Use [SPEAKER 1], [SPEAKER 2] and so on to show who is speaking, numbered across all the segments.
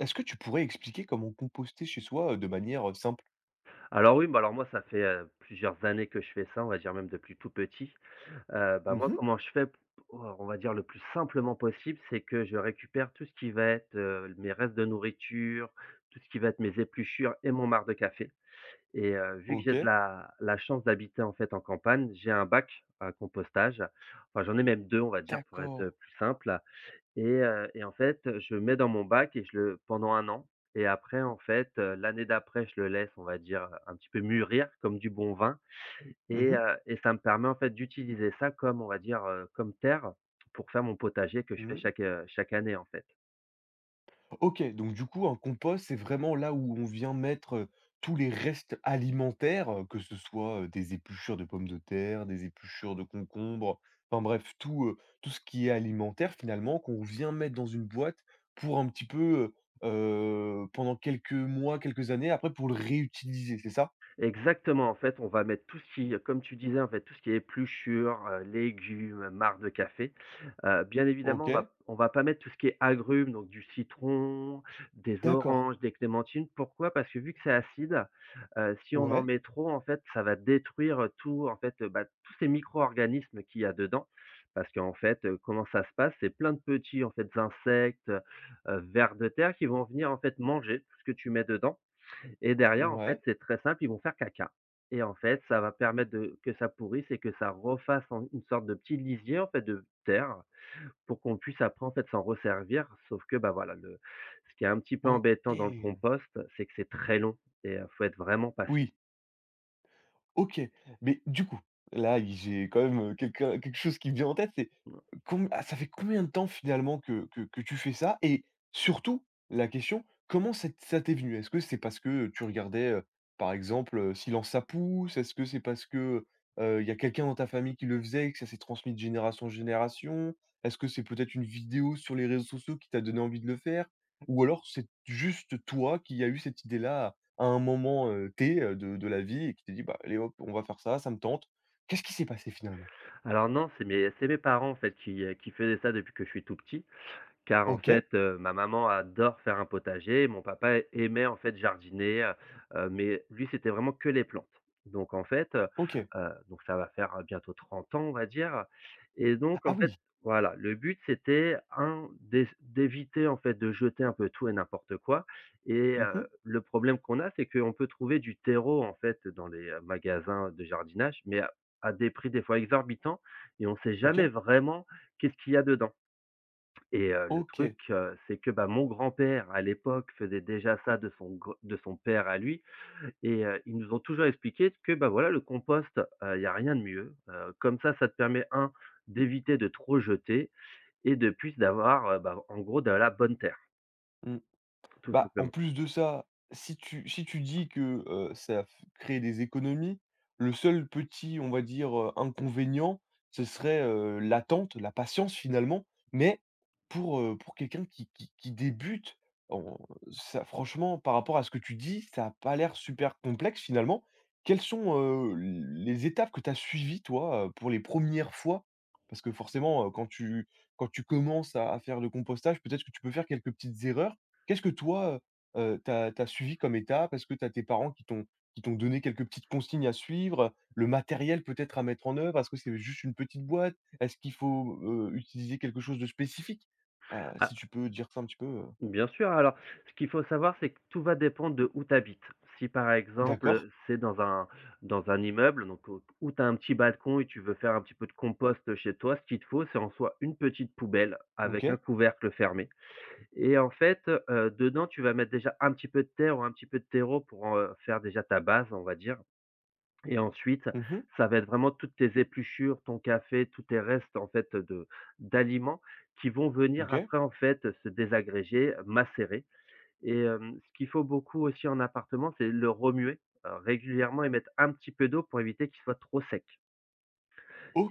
[SPEAKER 1] Est-ce que tu pourrais expliquer comment composter chez soi, de manière, simple?
[SPEAKER 2] Alors oui, bah, alors moi ça fait, plusieurs années que je fais ça, on va dire même depuis tout petit. Bah, moi
[SPEAKER 1] Mmh.
[SPEAKER 2] comment je fais p oh, on va dire le plus simplement possible, c'est que je récupère tout ce qui va être, mes restes de nourriture, tout ce qui va être mes épluchures et mon marc de café. Et vu que j'ai de
[SPEAKER 1] OK,
[SPEAKER 2] la chance d'habiter en fait en campagne, j'ai un bac à compostage. Enfin j'en ai même 2, on va dire pour être,
[SPEAKER 1] d'accord.
[SPEAKER 2] plus simple. Et en fait, je mets dans mon bac et je le pendant un an et après en fait, l'année d'après, je le laisse, on va dire, un petit peu mûrir comme du bon vin
[SPEAKER 1] Mmh
[SPEAKER 2] et
[SPEAKER 1] mh.
[SPEAKER 2] heu et ça me permet en fait d'utiliser ça comme, on va dire, comme terre pour faire mon potager que je fais
[SPEAKER 1] Mmh.
[SPEAKER 2] chaque année, en fait.
[SPEAKER 1] OK, donc du coup, un compost, c'est vraiment là où on vient mettre, tous les restes alimentaires, que ce soit, des épluchures de pommes de terre, des épluchures de concombres, enfin bref, tout ce qui est alimentaire finalement qu'on vient mettre dans une boîte pour un petit peu, pendant quelques mois, quelques années après pour le réutiliser, c'est ça?
[SPEAKER 2] Exactement, en fait, on va mettre tout ce qui, comme tu disais, en fait, tout ce qui est épluchures, légumes, marc de café. Bien évidemment, on
[SPEAKER 1] OK,
[SPEAKER 2] va on va pas mettre tout ce qui est agrumes, donc du citron, des
[SPEAKER 1] d'accord.
[SPEAKER 2] oranges, des clémentines. Pourquoi? Parce que vu que c'est acide, si on en
[SPEAKER 1] Ouais,
[SPEAKER 2] met trop, en fait, ça va détruire, tout, en fait, bah, tous ces micro-organismes qu'il y a dedans. Parce qu'en fait, comment ça se passe? C'est plein de petits, en fait, insectes, vers de terre qui vont venir, en fait, manger tout ce que tu mets dedans. Et derrière, en fait,
[SPEAKER 1] ouais.
[SPEAKER 2] c'est très simple, ils vont faire caca et en fait, ça va permettre de que ça pourrisse et que ça refasse en une sorte de petit lisier, en fait, de terre pour qu'on puisse après, en fait, s'en resservir. Sauf que, bah, voilà, le ce qui est un petit peu
[SPEAKER 1] OK.
[SPEAKER 2] embêtant dans le compost, c'est que c'est très long et faut être vraiment patient.
[SPEAKER 1] Oui, OK. Mais du coup, là, il j'ai quand même, quelqu'un quelque chose qui me vient en tête, c'est ça fait combien de temps finalement que tu fais ça? Et surtout, la question, comment c'est ça t'est venu? Est-ce que c'est parce que tu regardais, par exemple, Silence ça pousse? Est-ce que c'est parce que, il y a quelqu'un dans ta famille qui le faisait et que ça s'est transmis de génération en génération? Est-ce que c'est peut-être une vidéo sur les réseaux sociaux qui t'a donné envie de le faire? Ou alors c'est juste toi qui a eu cette idée-là à un moment, de la vie et qui t'est dit: «Bah, allez hop, on va faire ça, ça me tente». Qu'est-ce qui s'est passé finalement?
[SPEAKER 2] Alors non, c'est mes parents, en fait, qui faisaient ça depuis que je suis tout petit. Car en
[SPEAKER 1] OK,
[SPEAKER 2] fait, ma maman adore faire un potager, mon papa aimait en fait jardiner, mais lui, c'était vraiment que les plantes. Donc en fait, heu
[SPEAKER 1] OK.
[SPEAKER 2] donc ça va faire bientôt 30 ans, on va dire. Et donc
[SPEAKER 1] Ah
[SPEAKER 2] en fait,
[SPEAKER 1] oui,
[SPEAKER 2] voilà, le but c'était un d'é d'éviter en fait de jeter un peu tout et n'importe quoi et
[SPEAKER 1] mmh,
[SPEAKER 2] le problème qu'on a, c'est qu'on peut trouver du terreau en fait dans les magasins de jardinage, mais à des prix des fois exorbitants et on ne sait jamais
[SPEAKER 1] OK,
[SPEAKER 2] vraiment qu'est-ce qu'il y a dedans. Et le truc,
[SPEAKER 1] OK.
[SPEAKER 2] c'est que, bah, mon grand-père, à l'époque, faisait déjà ça de son gr de son père à lui et ils nous ont toujours expliqué que, bah, voilà, le compost, il y a rien de mieux. Comme ça te permet un d'éviter de trop jeter et de plus d'avoir, bah, en gros, de la bonne terre,
[SPEAKER 1] Mmh.
[SPEAKER 2] tout
[SPEAKER 1] Bah, en
[SPEAKER 2] simplement.
[SPEAKER 1] plus de ça, si tu dis que, ça f crée des économies, le seul petit, on va dire, inconvénient, ce serait, l'attente, la patience finalement. Mais pour quelqu'un qui débute, on ça franchement, par rapport à ce que tu dis, ça a pas l'air super complexe finalement. Quelles sont, les étapes que tu as suivies toi, pour les premières fois? Parce que forcément, quand tu commences à faire le compostage, peut-être que tu peux faire quelques petites erreurs. Qu'est-ce que toi, tu as suivi comme étape? Est-ce que t'as tes parents qui t'ont donné quelques petites consignes à suivre? Le matériel peut-être à mettre en œuvre? Est-ce que c'est juste une petite boîte? Est-ce qu'il faut, utiliser quelque chose de spécifique? Si tu peux dire ça un petit peu?
[SPEAKER 2] Bien sûr, alors ce qu'il faut savoir, c'est que tout va dépendre de où tu habites. Si par
[SPEAKER 1] D'accord,
[SPEAKER 2] exemple, c'est dans un immeuble, donc au où tu as un petit balcon et tu veux faire un petit peu de compost, chez toi, ce qu'il te faut, c'est en soi une petite poubelle avec un
[SPEAKER 1] OK.
[SPEAKER 2] couvercle fermé. Et en fait, dedans, tu vas mettre déjà un petit peu de terre ou un petit peu de terreau pour en, faire déjà ta base, on va dire. Et ensuite,
[SPEAKER 1] Mmh,
[SPEAKER 2] ça va être vraiment toutes tes épluchures, ton café, tous tes restes en fait de d'aliments qui vont venir
[SPEAKER 1] OK.
[SPEAKER 2] après en fait se désagréger, macérer. Et ce qu'il faut beaucoup aussi en appartement, c'est le remuer, régulièrement et mettre un petit peu d'eau pour éviter qu'il soit trop sec.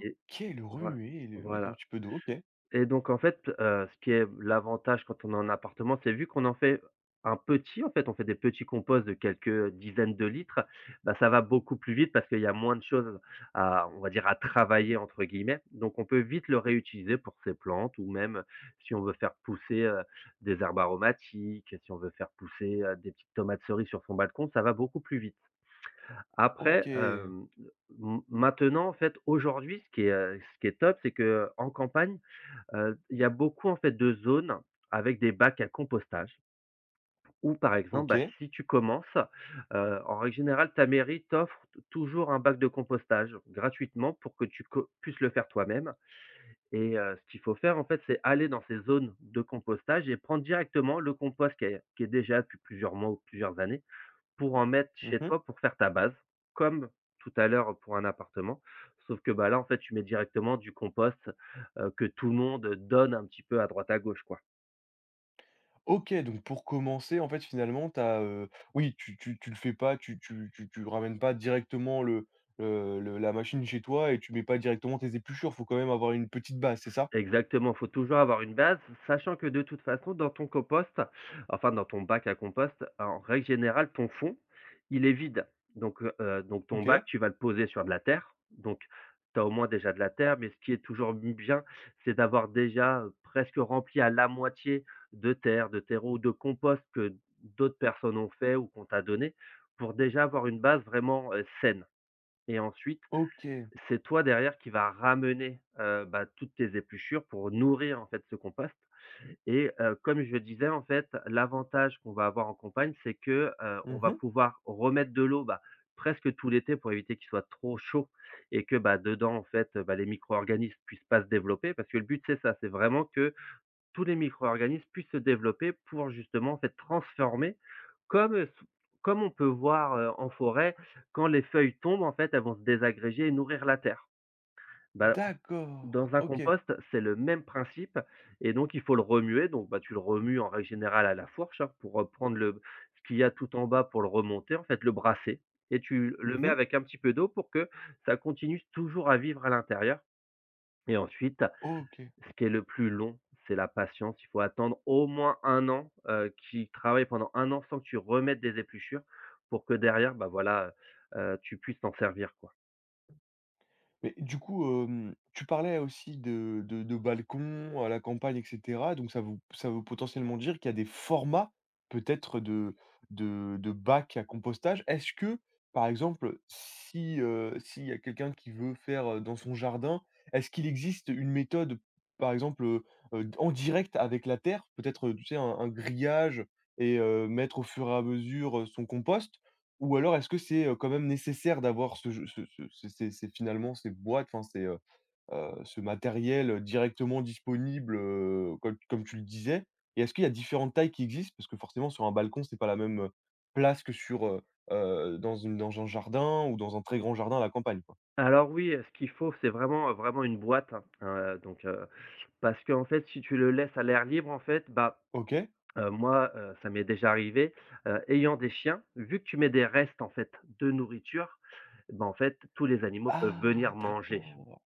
[SPEAKER 2] Et
[SPEAKER 1] le
[SPEAKER 2] voi
[SPEAKER 1] remuer et le mettre un
[SPEAKER 2] voilà.
[SPEAKER 1] petit peu d'eau, OK.
[SPEAKER 2] Et donc en fait, ce qui est l'avantage quand on est en appartement, c'est vu qu'on en fait un petit, en fait, on fait des petits composts de quelques dizaines de litres, bah, ça va beaucoup plus vite parce qu'il y a moins de choses à, on va dire, «à travailler» entre guillemets, donc on peut vite le réutiliser pour ses plantes ou même si on veut faire pousser, des herbes aromatiques, si on veut faire pousser, des petites tomates cerises sur son balcon, ça va beaucoup plus vite. Après,
[SPEAKER 1] OK.
[SPEAKER 2] m maintenant en fait, aujourd'hui, ce qui est top, c'est que en campagne, il y a beaucoup en fait de zones avec des bacs à compostage où par exemple, bah,
[SPEAKER 1] OK.
[SPEAKER 2] si tu commences, en règle générale, ta mairie t'offre t toujours un bac de compostage gratuitement pour que tu co puisses le faire toi-même. Et ce qu'il faut faire en fait, c'est aller dans ces zones de compostage et prendre directement le compost qui est déjà depuis plusieurs mois ou plusieurs années pour en mettre chez
[SPEAKER 1] Mmh,
[SPEAKER 2] toi, pour faire ta base, comme tout à l'heure pour un appartement. Sauf que, bah, là, en fait, tu mets directement du compost, que tout le monde donne un petit peu à droite à gauche, quoi.
[SPEAKER 1] OK, donc pour commencer, en fait, finalement, oui, tu le fais pas, tu ramènes pas directement le la machine chez toi et tu mets pas directement tes épluchures. Faut quand même avoir une petite base, c'est ça?
[SPEAKER 2] Exactement, faut toujours avoir une base, sachant que de toute façon dans ton compost, enfin dans ton bac à compost, en règle générale, ton fond, il est vide. Donc ton
[SPEAKER 1] OK.
[SPEAKER 2] bac, tu vas le poser sur de la terre, donc tu as au moins déjà de la terre, mais ce qui est toujours bien, c'est d'avoir déjà presque rempli à la moitié de terre, de terreau ou de compost que d'autres personnes ont fait ou qu'on t'a donné, pour déjà avoir une base vraiment, saine. Et ensuite,
[SPEAKER 1] OK.
[SPEAKER 2] c'est toi derrière qui va ramener, bah, toutes tes épluchures pour nourrir en fait ce compost. Et comme je le disais en fait, l'avantage qu'on va avoir en campagne, c'est que, on va
[SPEAKER 1] Mmh.
[SPEAKER 2] pouvoir remettre de l'eau, bah, presque tout l'été pour éviter qu'il soit trop chaud et que, bah, dedans en fait, bah, les micro-organismes puissent pas se développer parce que le but c'est ça, c'est vraiment que tous les micro-organismes puissent se développer pour justement en fait transformer comme, heu, comme on peut voir, en forêt, quand les feuilles tombent en fait, elles vont se désagréger et nourrir la terre. Bah
[SPEAKER 1] D'accord.
[SPEAKER 2] dans un
[SPEAKER 1] OK.
[SPEAKER 2] compost, c'est le même principe et donc il faut le remuer. Donc bah, tu le remues en règle générale à la fourche, hein, pour, prendre le ce qu'il y a tout en bas pour le remonter, en fait, le brasser et tu le mets
[SPEAKER 1] Mmh.
[SPEAKER 2] avec un petit peu d'eau pour que ça continue toujours à vivre à l'intérieur. Et ensuite,
[SPEAKER 1] OK.
[SPEAKER 2] ce qui est le plus long, c'est la patience. Il faut attendre au moins un an, qu'ils travaillent pendant un an sans que tu remettes des épluchures pour que derrière, bah, voilà, tu puisses t'en servir, quoi.
[SPEAKER 1] Mais du coup, tu parlais aussi de balcon à la campagne et cetera, donc ça veut potentiellement dire qu'il y a des formats peut-être de bacs à compostage. Est-ce que, par exemple, si, s'il y a quelqu'un qui veut faire, dans son jardin, est-ce qu'il existe une méthode, par exemple, d en direct avec la terre? Peut-être, tu sais, un grillage et mettre au fur et à mesure, son compost? Ou alors est-ce que c'est, quand même nécessaire d'avoir ce je ce ce ces ces ces finalement ces boîtes, enfin ces, ce matériel, directement disponible, comme tu le disais? Et est-ce qu'il y a différentes tailles qui existent? Parce que forcément sur un balcon, c'est pas la même, place que sur, dans un jardin ou dans un très grand jardin à la campagne, quoi.
[SPEAKER 2] Alors oui, ce qu'il faut, c'est vraiment, vraiment une boîte, hein, donc parce qu'en fait, si tu le laisses à l'air libre, en fait, bah.
[SPEAKER 1] OK.
[SPEAKER 2] Moi, ça m'est déjà arrivé, ayant des chiens, vu que tu mets des restes, en fait, de nourriture, eh ben en fait, tous les animaux peuvent
[SPEAKER 1] Ah
[SPEAKER 2] venir manger.
[SPEAKER 1] d'accord!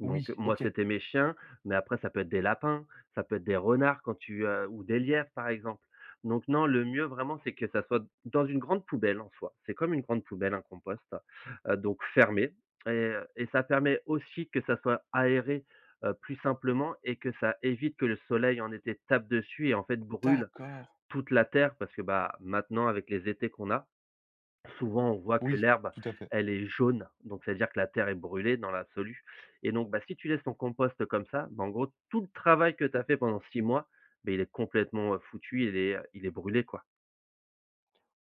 [SPEAKER 2] Donc
[SPEAKER 1] Oui,
[SPEAKER 2] moi,
[SPEAKER 1] OK.
[SPEAKER 2] c'était mes chiens, mais après ça peut être des lapins, ça peut être des renards ou des lièvres, par exemple. Donc non, le mieux vraiment, c'est que ça soit dans une grande poubelle, en soi. C'est comme une grande poubelle, un compost, donc fermé. Et et ça permet aussi que ça soit aéré, plus simplement et que ça évite que le soleil, en été, tape dessus et en fait brûle
[SPEAKER 1] D'accord.
[SPEAKER 2] toute la terre parce que, bah, maintenant avec les étés qu'on a, souvent on voit que
[SPEAKER 1] Oui,
[SPEAKER 2] l'herbe,
[SPEAKER 1] tout à fait.
[SPEAKER 2] elle est jaune, donc c'est à dire que la terre est brûlée dans l'absolu. Et donc, bah, si tu laisses ton compost comme ça, bah, en gros tout le travail que tu as fait pendant 6 mois, beh, il est complètement, foutu, il est brûlé quoi.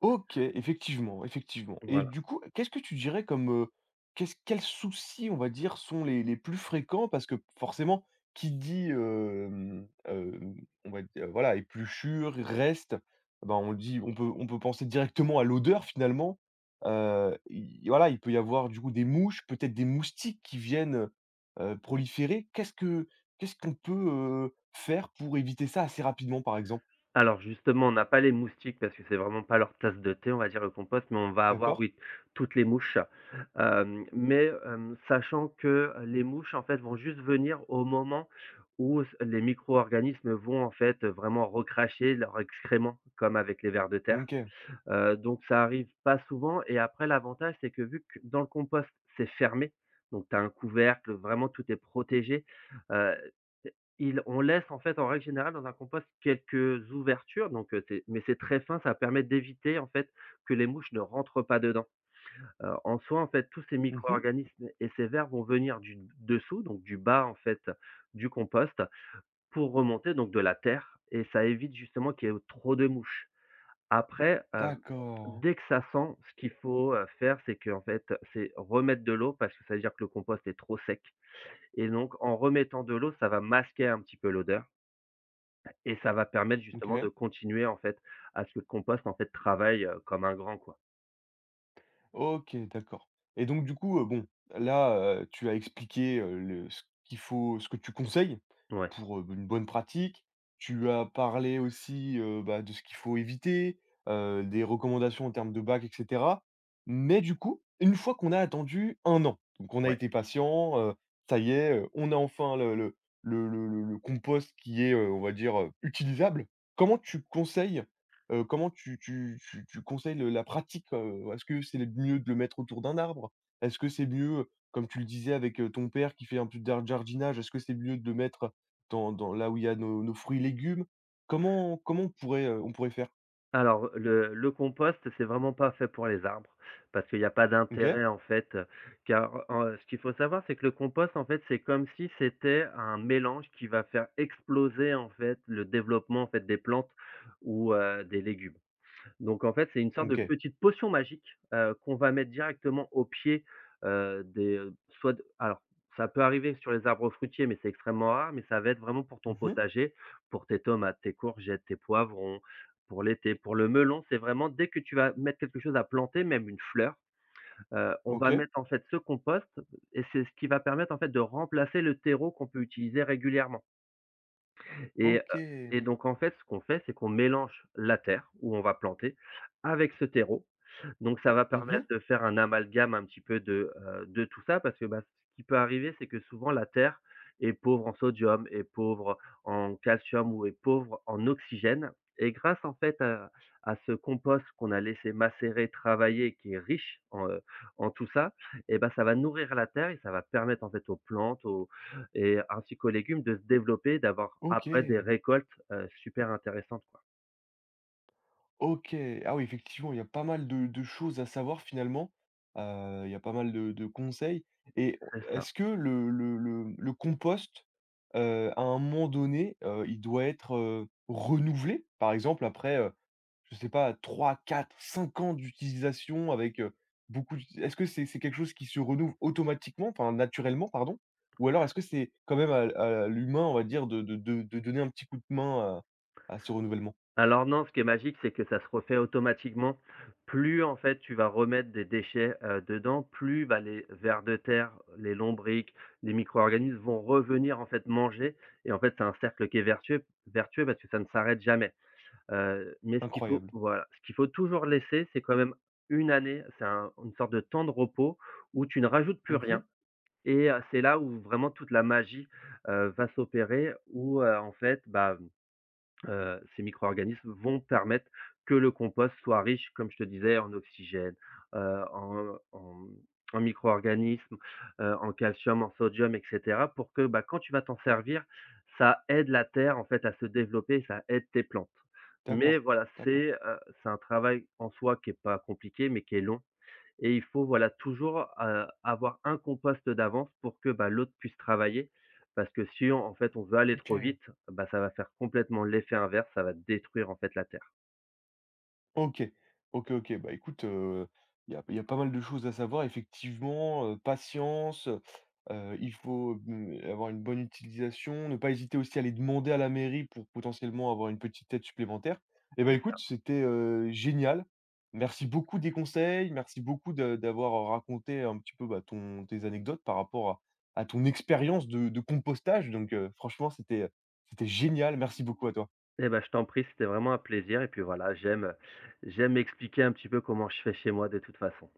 [SPEAKER 1] OK, effectivement, effectivement. Et
[SPEAKER 2] Voilà.
[SPEAKER 1] du coup, qu'est-ce que tu dirais comme, qu'est-ce quels soucis, on va dire, sont les plus fréquents? Parce que forcément, qui dit, on va dire, voilà, épluchure, reste, ben on le dit on peut penser directement à l'odeur finalement. Il voilà, il peut y avoir du coup des mouches, peut-être des moustiques qui viennent, proliférer. Qu'est-ce qu'on peut, faire pour éviter ça assez rapidement, par exemple?
[SPEAKER 2] Alors justement, on n'a pas les moustiques parce que c'est vraiment pas leur tasse de thé, on va dire, le compost, mais on va avoir,
[SPEAKER 1] D'accord?
[SPEAKER 2] oui, toutes les mouches. Mais sachant que les mouches, en fait, vont juste venir au moment où s les micro-organismes vont, en fait, vraiment recracher leurs excréments, comme avec les vers de terre.
[SPEAKER 1] OK.
[SPEAKER 2] Donc ça arrive pas souvent et après l'avantage, c'est que vu que dans le compost, c'est fermé. Donc tu as un couvercle, vraiment tout est protégé. Heu, il on laisse en fait, en règle générale, dans un compost quelques ouvertures, donc c'est mais c'est très fin, ça permet d'éviter en fait que les mouches ne rentrent pas dedans. En soi, en fait, tous ces
[SPEAKER 1] Mmh.
[SPEAKER 2] micro-organismes et ces vers vont venir du dessous, donc du bas en fait, du compost pour remonter donc de la terre et ça évite justement qu'il y ait trop de mouches. Après,
[SPEAKER 1] D'accord.
[SPEAKER 2] dès que ça sent, ce qu'il faut, faire, c'est qu'en fait, c'est remettre de l'eau parce que ça veut dire que le compost est trop sec et donc en remettant de l'eau, ça va masquer un petit peu l'odeur et ça va permettre justement de
[SPEAKER 1] OK.
[SPEAKER 2] continuer, en fait, à ce que le compost, en fait, travaille, comme un grand, quoi.
[SPEAKER 1] OK, d'accord et donc du coup, bon, là, tu as expliqué, le ce qu'il faut ce que tu conseilles
[SPEAKER 2] Ouais,
[SPEAKER 1] pour, une bonne pratique. Tu as parlé aussi, bah, de ce qu'il faut éviter, des recommandations en termes de bac et cetera. Mais du coup, une fois qu'on a attendu 1 an, donc on a
[SPEAKER 2] ouais.
[SPEAKER 1] été patient, ça y est, on a enfin le compost qui est, on va dire, utilisable. Comment tu conseilles comment tu conseilles le la pratique? Est-ce que c'est mieux de le mettre autour d'un arbre? Est-ce que c'est mieux, comme tu le disais avec, ton père qui fait un peu de jardinage, est-ce que c'est mieux de le mettre dans là où il y a nos fruits et légumes? Comment on pourrait faire?
[SPEAKER 2] Alors, le compost, c'est vraiment pas fait pour les arbres, parce qu'il y a pas
[SPEAKER 1] OK,
[SPEAKER 2] d'intérêt, en fait, car, ce qu'il faut savoir, c'est que le compost, en fait, c'est comme si c'était un mélange qui va faire exploser, en fait, le développement, en fait, des plantes ou, des légumes. Donc en fait, c'est une sorte de
[SPEAKER 1] OK.
[SPEAKER 2] petite potion magique, qu'on va mettre directement au pied, des, soit d alors ça peut arriver sur les arbres fruitiers, mais c'est extrêmement rare, mais ça va être vraiment pour ton
[SPEAKER 1] Mmh mh.
[SPEAKER 2] potager, pour tes tomates, tes courgettes, tes poivrons, pour l'été, pour le melon. C'est vraiment dès que tu vas mettre quelque chose à planter, même une fleur, on va
[SPEAKER 1] OK,
[SPEAKER 2] mettre en fait ce compost et c'est ce qui va permettre en fait de remplacer le terreau qu'on peut utiliser régulièrement et
[SPEAKER 1] OK.
[SPEAKER 2] et donc en fait, ce qu'on fait, c'est qu'on mélange la terre où on va planter avec ce terreau donc ça va permettre
[SPEAKER 1] Mmh,
[SPEAKER 2] de faire un amalgame un petit peu de tout ça parce que, bah, ce qui peut arriver, c'est que souvent la terre est pauvre en sodium, est pauvre en calcium ou est pauvre en oxygène et grâce en fait à ce compost qu'on a laissé macérer, travailler, qui est riche en, en tout ça et ben ça va nourrir la terre et ça va permettre en fait aux plantes, aux et ainsi qu'aux légumes de se développer, d'avoir après des
[SPEAKER 1] OK.
[SPEAKER 2] récoltes, super intéressantes quoi.
[SPEAKER 1] OK. Ah oui, effectivement, il y a pas mal de choses à savoir finalement. Il y a pas mal de conseils et on
[SPEAKER 2] C'est ça.
[SPEAKER 1] est-ce que le compost, à un moment donné, il doit être, renouvelé? Par exemple, après, je sais pas 3, 4, 5 ans d'utilisation avec, beaucoup d'uti est-ce que c'est quelque chose qui se renouvelle automatiquement, enfin naturellement, pardon? Ou alors est-ce que c'est quand même à l'humain, on va dire, de donner un petit coup de main à ce renouvellement?
[SPEAKER 2] Alors non, ce qui est magique, c'est que ça se refait automatiquement. Plus, en fait, tu vas remettre des déchets, dedans, plus, bah, les vers de terre, les lombrics, les micro-organismes vont revenir, en fait, manger et en fait, c'est un cercle qui est vertueux parce que ça ne s'arrête jamais. Mais ce qu'il faut
[SPEAKER 1] Incroyable.
[SPEAKER 2] voilà, ce qu'il faut toujours laisser, c'est quand même une année, c'est un une sorte de temps de repos où tu ne rajoutes plus rien
[SPEAKER 1] Mmh,
[SPEAKER 2] et c'est là où vraiment toute la magie, va s'opérer où, en fait, bah ces micro-organismes vont permettre que le compost soit riche, comme je te disais, en oxygène, en en micro-organismes, en calcium, en sodium et cetera pour que, bah, quand tu vas t'en servir, ça aide la terre, en fait, à se développer et ça aide tes plantes. Mais
[SPEAKER 1] d'accord,
[SPEAKER 2] voilà,
[SPEAKER 1] d'accord.
[SPEAKER 2] c'est un travail en soi qui est pas compliqué, mais qui est long et il faut, voilà, toujours, avoir un compost d'avance pour que, bah, l'autre puisse travailler. Parce que si on en fait, on veut aller trop
[SPEAKER 1] OK.
[SPEAKER 2] vite, bah, ça va faire complètement l'effet inverse, ça va détruire, en fait, la terre.
[SPEAKER 1] OK. OK, OK. Bah, écoute, il y a pas mal de choses à savoir effectivement, patience, il faut, avoir une bonne utilisation, ne pas hésiter aussi à aller demander à la mairie pour potentiellement avoir une petite aide supplémentaire. Et bah,
[SPEAKER 2] C'est ça.
[SPEAKER 1] écoute, c'était, génial. Merci beaucoup des conseils, merci beaucoup de d'avoir raconté un petit peu, bah, ton tes anecdotes par rapport à ton expérience de compostage donc franchement, c'était génial. Merci beaucoup à toi.
[SPEAKER 2] Eh bah, je t'en prie, c'était vraiment un plaisir et puis, voilà, j'aime expliquer un petit peu comment je fais chez moi de toute façon.